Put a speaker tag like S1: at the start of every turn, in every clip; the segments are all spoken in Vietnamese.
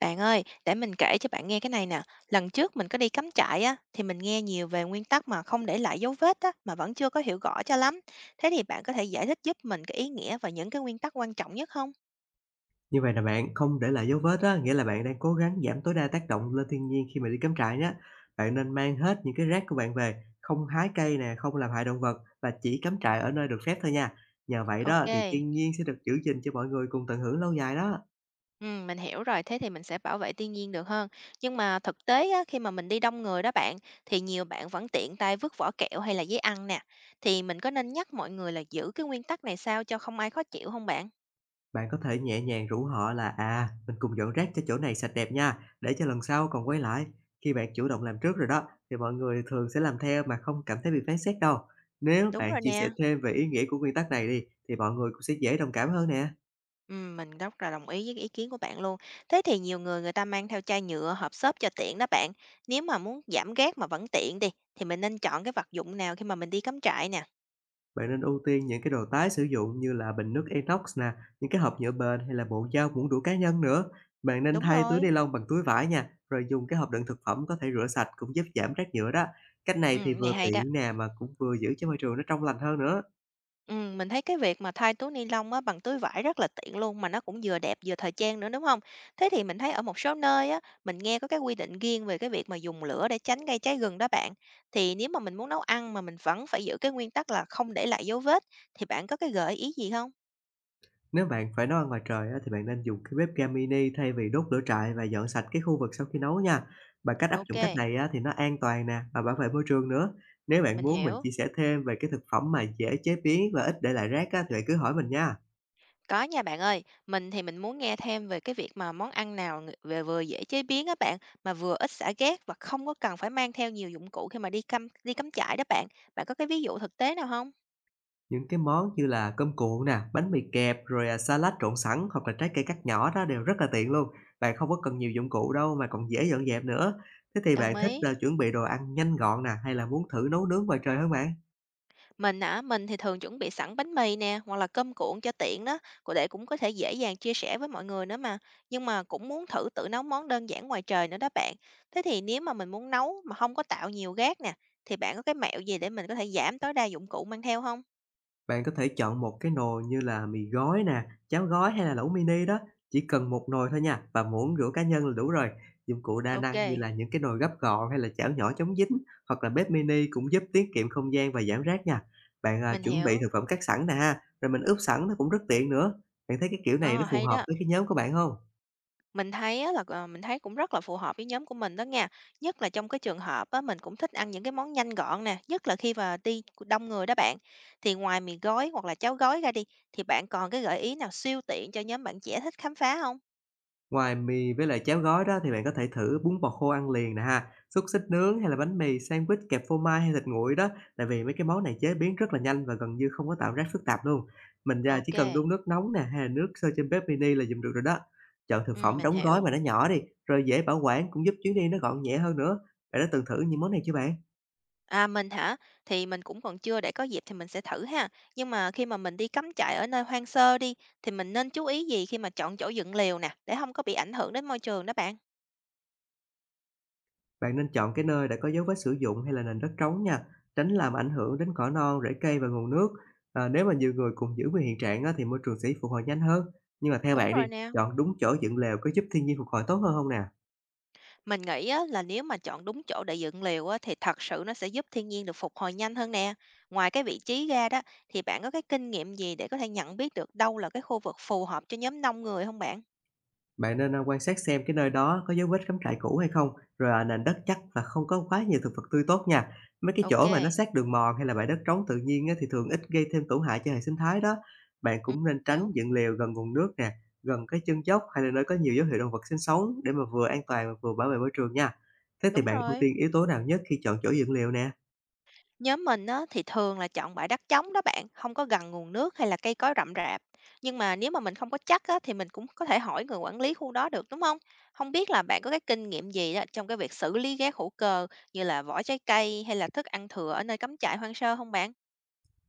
S1: Bạn ơi, để mình kể cho bạn nghe cái này nè. Lần trước mình có đi cắm trại á, thì mình nghe nhiều về nguyên tắc mà không để lại dấu vết á, mà vẫn chưa có hiểu rõ cho lắm. Thế thì bạn có thể giải thích giúp mình cái ý nghĩa và những cái nguyên tắc quan trọng nhất không?
S2: Như vậy là bạn không để lại dấu vết á, nghĩa là bạn đang cố gắng giảm tối đa tác động lên thiên nhiên khi mà đi cắm trại nhé. Bạn nên mang hết những cái rác của bạn về, không hái cây nè, không làm hại động vật và chỉ cắm trại ở nơi được phép thôi nha. Nhờ vậy đó
S1: Ok,
S2: thì thiên nhiên sẽ được giữ gìn cho mọi người cùng tận hưởng lâu dài đó.
S1: ừ, mình hiểu rồi, thế thì mình sẽ bảo vệ thiên nhiên được hơn. Nhưng mà thực tế á, khi mà mình đi đông người đó bạn, thì nhiều bạn vẫn tiện tay vứt vỏ kẹo hay là giấy ăn nè. Thì mình có nên nhắc mọi người là giữ cái nguyên tắc này sao cho không ai khó chịu không bạn?
S2: Bạn có thể nhẹ nhàng rủ họ là à, mình cùng dọn rác cho chỗ này sạch đẹp nha, để cho lần sau còn quay lại. Khi bạn chủ động làm trước rồi đó thì mọi người thường sẽ làm theo mà không cảm thấy bị phán xét đâu. Nếu
S1: Đúng
S2: bạn
S1: rồi
S2: chia sẻ
S1: nè.
S2: thêm về ý nghĩa của nguyên tắc này đi thì mọi người cũng sẽ dễ đồng cảm hơn nè.
S1: Mình rất là đồng ý với cái ý kiến của bạn luôn. Thế thì nhiều người người ta mang theo chai nhựa, hộp xốp cho tiện đó bạn. Nếu mà muốn giảm rác mà vẫn tiện đi, thì mình nên chọn cái vật dụng nào khi mà mình đi cắm trại nè?
S2: Bạn nên ưu tiên những cái đồ tái sử dụng như là bình nước inox nè, những cái hộp nhựa bền hay là bộ dao muỗng đũa cá nhân nữa. Bạn nên
S1: Đúng
S2: thay túi
S1: rồi.
S2: ni lông bằng túi vải nha, rồi dùng cái hộp đựng thực phẩm có thể rửa sạch cũng giúp giảm rác nhựa đó. Cách
S1: Ừ,
S2: này thì
S1: này
S2: vừa
S1: hay đó.
S2: tiện nè mà cũng vừa giữ cho môi trường nó trong lành hơn nữa.
S1: Mình thấy cái việc mà thay túi ni lông á, bằng túi vải rất là tiện luôn, mà nó cũng vừa đẹp vừa thời trang nữa, đúng không? Thế thì mình thấy ở một số nơi á, mình nghe có cái quy định riêng về cái việc mà dùng lửa để tránh gây cháy rừng đó bạn. Thì nếu mà mình muốn nấu ăn mà mình vẫn phải giữ cái nguyên tắc là không để lại dấu vết, thì bạn có cái gợi ý gì không?
S2: Nếu bạn phải nấu ăn ngoài trời á, thì bạn nên dùng cái bếp ga mini thay vì đốt lửa trại và dọn sạch cái khu vực sau khi nấu nha. Và cách áp dụng cách
S1: OK.
S2: này á, thì nó an toàn nè và bảo vệ môi trường nữa. Nếu bạn
S1: Mình
S2: muốn mình
S1: hiểu.
S2: chia sẻ thêm về cái thực phẩm mà dễ chế biến và ít để lại rác á, thì bạn cứ hỏi mình nha.
S1: Có nha bạn ơi, mình thì mình muốn nghe thêm về cái việc mà món ăn nào ng- vừa vừa dễ chế biến á bạn, mà vừa ít xả gas và không có cần phải mang theo nhiều dụng cụ khi mà đi cắm trại đó bạn. Bạn có cái ví dụ thực tế nào không?
S2: Những cái món như là cơm cuộn nè, bánh mì kẹp, rồi, sa trộn sẵn hoặc là trái cây cắt nhỏ đó đều rất là tiện luôn. Bạn không có cần nhiều dụng cụ đâu mà còn dễ dọn dẹp nữa. Thế thì
S1: Đồng
S2: bạn thích
S1: ý.
S2: là chuẩn bị đồ ăn nhanh gọn nè, hay là muốn thử nấu nướng ngoài trời hơn bạn?
S1: Mình á, mình thì thường chuẩn bị sẵn bánh mì nè, hoặc là cơm cuộn cho tiện đó, cô để cũng có thể dễ dàng chia sẻ với mọi người nữa mà. Nhưng mà cũng muốn thử tự nấu món đơn giản ngoài trời nữa đó bạn. Thế thì nếu mà mình muốn nấu mà không có tạo nhiều gas nè, thì bạn có cái mẹo gì để mình có thể giảm tối đa dụng cụ mang theo không?
S2: Bạn có thể chọn một cái nồi như là mì gói nè, cháo gói hay là lẩu mini đó, chỉ cần một nồi thôi nha và muỗng rửa cá nhân là đủ rồi. Dụng cụ đa
S1: Ok.
S2: năng như là những cái nồi gấp gọn hay là chảo nhỏ chống dính hoặc là bếp mini cũng giúp tiết kiệm không gian và giảm rác nha. Bạn
S1: Mình
S2: chuẩn bị
S1: hiểu.
S2: thực phẩm cắt sẵn nè ha, rồi mình ướp sẵn nó cũng rất tiện nữa. Bạn thấy cái kiểu này nó
S1: Ờ,
S2: phù
S1: hay
S2: hợp
S1: đó.
S2: với cái nhóm của bạn không?
S1: Mình thấy á là, mình thấy cũng rất là phù hợp với nhóm của mình đó nha. Nhất là trong cái trường hợp á, mình cũng thích ăn những cái món nhanh gọn nè, nhất là khi mà đi đông người đó bạn. Thì ngoài mì gói hoặc là cháo gói ra đi, thì bạn còn cái gợi ý nào siêu tiện cho nhóm bạn trẻ thích khám phá không?
S2: Ngoài mì với lại cháo gói đó thì bạn có thể thử bún bò khô ăn liền nè ha, xúc xích nướng hay là bánh mì, sandwich kẹp phô mai hay thịt nguội đó, tại vì mấy cái món này chế biến rất là nhanh và gần như không có tạo rác phức tạp luôn. Mình
S1: Ok,
S2: chỉ cần đun nước nóng nè, hay là nước sôi trên bếp mini là dùng được rồi đó. Chọn thực phẩm
S1: mình
S2: đóng
S1: hiểu.
S2: gói mà nó nhỏ đi, rồi dễ bảo quản cũng giúp chuyến đi nó gọn nhẹ hơn nữa. Bạn đã từng thử những món này chưa bạn?
S1: À, mình hả? Thì mình cũng còn chưa, để có dịp thì mình sẽ thử ha. Nhưng mà khi mà mình đi cắm trại ở nơi hoang sơ đi, thì mình nên chú ý gì khi mà chọn chỗ dựng lều nè, để không có bị ảnh hưởng đến môi trường đó bạn?
S2: Bạn nên chọn cái nơi đã có dấu vết sử dụng hay là nền đất trống nha, tránh làm ảnh hưởng đến cỏ non, rễ cây và nguồn nước. À, nếu mà nhiều người cùng giữ nguyên hiện trạng á, thì môi trường sẽ phục hồi nhanh hơn. Nhưng mà theo
S1: Đúng
S2: bạn đi,
S1: rồi nè.
S2: chọn đúng chỗ dựng lều có giúp thiên nhiên phục hồi tốt hơn không nè?
S1: Mình nghĩ á, là nếu mà chọn đúng chỗ để dựng lều á, thì thật sự nó sẽ giúp thiên nhiên được phục hồi nhanh hơn nè. Ngoài cái vị trí ra đó, thì bạn có cái kinh nghiệm gì để có thể nhận biết được đâu là cái khu vực phù hợp cho nhóm đông người không bạn?
S2: Bạn nên quan sát xem cái nơi đó có dấu vết cắm trại cũ hay không, rồi, nền đất chắc và không có quá nhiều thực vật tươi tốt nha. Mấy cái
S1: Ok,
S2: chỗ mà nó sát đường mòn hay là bãi đất trống tự nhiên á, thì thường ít gây thêm tổn hại cho hệ sinh thái đó. Bạn
S1: ừ,
S2: cũng nên tránh
S1: hiểu,
S2: dựng lều gần nguồn nước nè, gần cái chân dốc hay là nơi có nhiều dấu hiệu động vật sinh sống để mà vừa an toàn mà vừa bảo vệ môi trường nha. Thế thì
S1: đúng
S2: bạn ưu
S1: rồi.
S2: tiên yếu tố nào nhất khi chọn chỗ dựng lều nè?
S1: Nhóm mình á, thì thường là chọn bãi đất trống đó bạn, không có gần nguồn nước hay là cây cối rậm rạp. Nhưng mà nếu mà mình không có chắc á, thì mình cũng có thể hỏi người quản lý khu đó được đúng không? Không biết là bạn có cái kinh nghiệm gì á, trong cái việc xử lý rác hữu cơ như là vỏ trái cây hay là thức ăn thừa ở nơi cắm trại hoang sơ không bạn?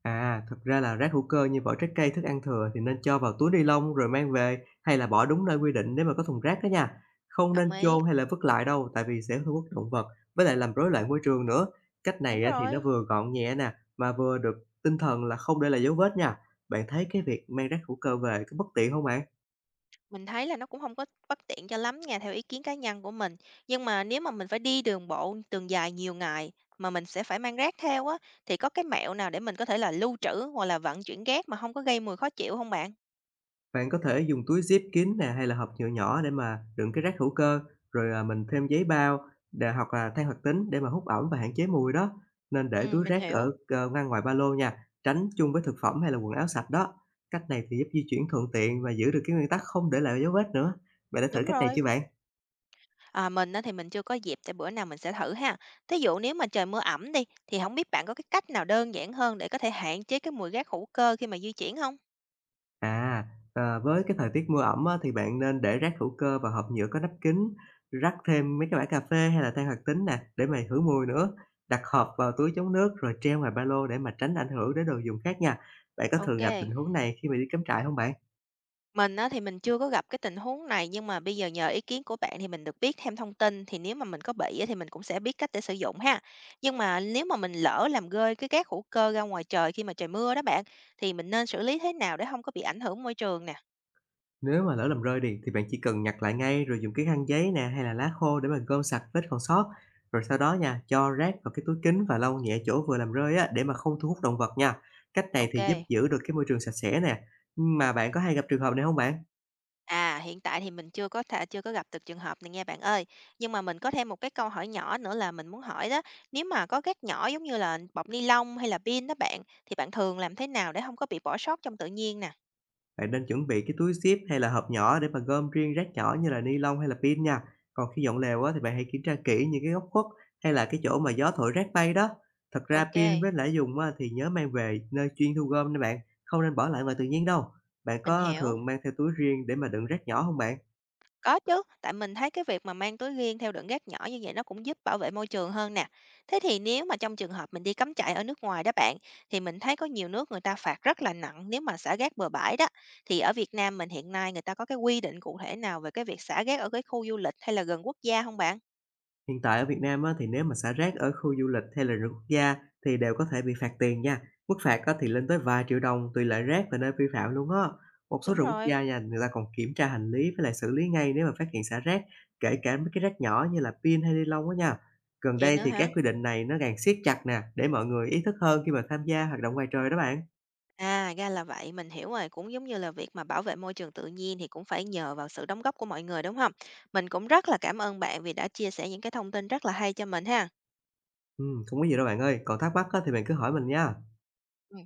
S2: À, thật ra là rác hữu cơ như vỏ trái cây, thức ăn thừa thì nên cho vào túi ni lông rồi mang về hay là bỏ đúng nơi quy định nếu mà có thùng rác đó nha. Không nên
S1: Đồng ý.
S2: chôn hay là vứt lại đâu, tại vì sẽ thu hút động vật với lại làm rối loạn môi trường nữa. Cách
S1: Đúng
S2: này á thì nó
S1: rồi.
S2: vừa gọn nhẹ nè, mà vừa được tinh thần là không để lại dấu vết nha. Bạn thấy cái việc mang rác hữu cơ về có bất tiện không bạn?
S1: Mình thấy là nó cũng không có bất tiện cho lắm nha, theo ý kiến cá nhân của mình. Nhưng mà nếu mà mình phải đi đường bộ đường dài nhiều ngày mà mình sẽ phải mang rác theo á, thì có cái mẹo nào để mình có thể là lưu trữ hoặc là vận chuyển rác mà không có gây mùi khó chịu không bạn?
S2: Bạn có thể dùng túi zip kín nè hay là hộp nhựa nhỏ để mà đựng cái rác hữu cơ, rồi, mình thêm giấy bao để hoặc là than hoạt tính để mà hút ẩm và hạn chế mùi đó. Nên để túi
S1: Mình
S2: rác
S1: hiểu.
S2: ở, ờ, ngăn ngoài ba lô nha, tránh chung với thực phẩm hay là quần áo sạch đó. Cách này thì giúp di chuyển thuận tiện và giữ được cái nguyên tắc không để lại dấu vết nữa. Bạn đã thử
S1: Đúng
S2: cách này
S1: rồi.
S2: chưa bạn?
S1: À, mình á thì mình chưa có dịp, tại bữa nào mình sẽ thử ha. Thí dụ nếu mà trời mưa ẩm đi, thì không biết bạn có cái cách nào đơn giản hơn để có thể hạn chế cái mùi rác hữu cơ khi mà di chuyển không?
S2: À, với cái thời tiết mưa ẩm á, thì bạn nên để rác hữu cơ và hộp nhựa có nắp kín, rắc thêm mấy cái bã cà phê hay là than hoạt tính nè để mà khử mùi nữa. Đặt hộp vào túi chống nước rồi treo ngoài ba lô để mà tránh ảnh hưởng đến đồ dùng khác nha. Bạn có thường gặp tình
S1: OK.
S2: huống này khi mà đi cắm trại không bạn?
S1: Mình á, thì mình chưa có gặp cái tình huống này, nhưng mà bây giờ nhờ ý kiến của bạn thì mình được biết thêm thông tin, thì nếu mà mình có bị á, thì mình cũng sẽ biết cách để sử dụng ha. Nhưng mà nếu mà mình lỡ làm rơi cái rác hữu cơ ra ngoài trời khi mà trời mưa đó bạn, thì mình nên xử lý thế nào để không có bị ảnh hưởng môi trường nè?
S2: Nếu mà lỡ làm rơi đi thì bạn chỉ cần nhặt lại ngay rồi dùng cái khăn giấy nè hay là lá khô để mà gom sạch vết còn sót. Rồi sau đó nha, cho rác vào cái túi kính và lau nhẹ chỗ vừa làm rơi á để mà không thu hút động vật nha. Cách này thì giúp
S1: Ok.
S2: giữ được cái môi trường sạch sẽ nè. Mà bạn có hay gặp trường hợp này không bạn?
S1: À, hiện tại thì mình chưa có gặp được trường hợp này nha bạn ơi. Nhưng mà mình có thêm một cái câu hỏi nhỏ nữa là mình muốn hỏi đó, nếu mà có rác nhỏ giống như là bọc ni lông hay là pin đó bạn, thì bạn thường làm thế nào để không có bị bỏ sót trong tự nhiên nè?
S2: Bạn nên chuẩn bị cái túi zip hay là hộp nhỏ để mà gom riêng rác nhỏ như là ni lông hay là pin nha. Còn khi dọn lều á, thì bạn hãy kiểm tra kỹ những cái góc khuất hay là cái chỗ mà gió thổi rác bay đó. Thật ra pin
S1: Ok,
S2: với lại dùng á, thì nhớ mang về nơi chuyên thu gom nha bạn, không nên bỏ lại ngoài tự nhiên đâu. Bạn
S1: mình
S2: có
S1: hiểu.
S2: thường mang theo túi riêng để mà đựng rác nhỏ không bạn?
S1: Có chứ, tại mình thấy cái việc mà mang túi riêng theo đựng rác nhỏ như vậy nó cũng giúp bảo vệ môi trường hơn nè. Thế thì nếu mà trong trường hợp mình đi cắm trại ở nước ngoài đó bạn, thì mình thấy có nhiều nước người ta phạt rất là nặng nếu mà xả rác bừa bãi đó. Thì ở Việt Nam mình hiện nay người ta có cái quy định cụ thể nào về cái việc xả rác ở cái khu du lịch hay là gần quốc gia không bạn?
S2: Hiện tại ở Việt Nam á, thì nếu mà xả rác ở khu du lịch hay là rừng quốc gia thì đều có thể bị phạt tiền nha. Mức phạt á, thì lên tới vài triệu đồng tùy loại rác và nơi vi phạm luôn á. Một số
S1: Đúng
S2: rừng quốc
S1: rồi,
S2: gia nha, người ta còn kiểm tra hành lý với lại xử lý ngay nếu mà phát hiện xả rác, kể cả mấy cái rác nhỏ như là pin hay ni lông á nha. Gần
S1: vậy
S2: đây
S1: nữa
S2: thì các
S1: hả?
S2: quy định này nó càng siết chặt nè, để mọi người ý thức hơn khi mà tham gia hoạt động ngoài trời đó bạn.
S1: À, ra là vậy, mình hiểu rồi, cũng giống như là việc mà bảo vệ môi trường tự nhiên thì cũng phải nhờ vào sự đóng góp của mọi người đúng không? Mình cũng rất là cảm ơn bạn vì đã chia sẻ những cái thông tin rất là hay cho mình ha.
S2: Ừ, không có gì đâu bạn ơi, còn thắc mắc á, thì bạn cứ hỏi mình nha.
S1: Ừ,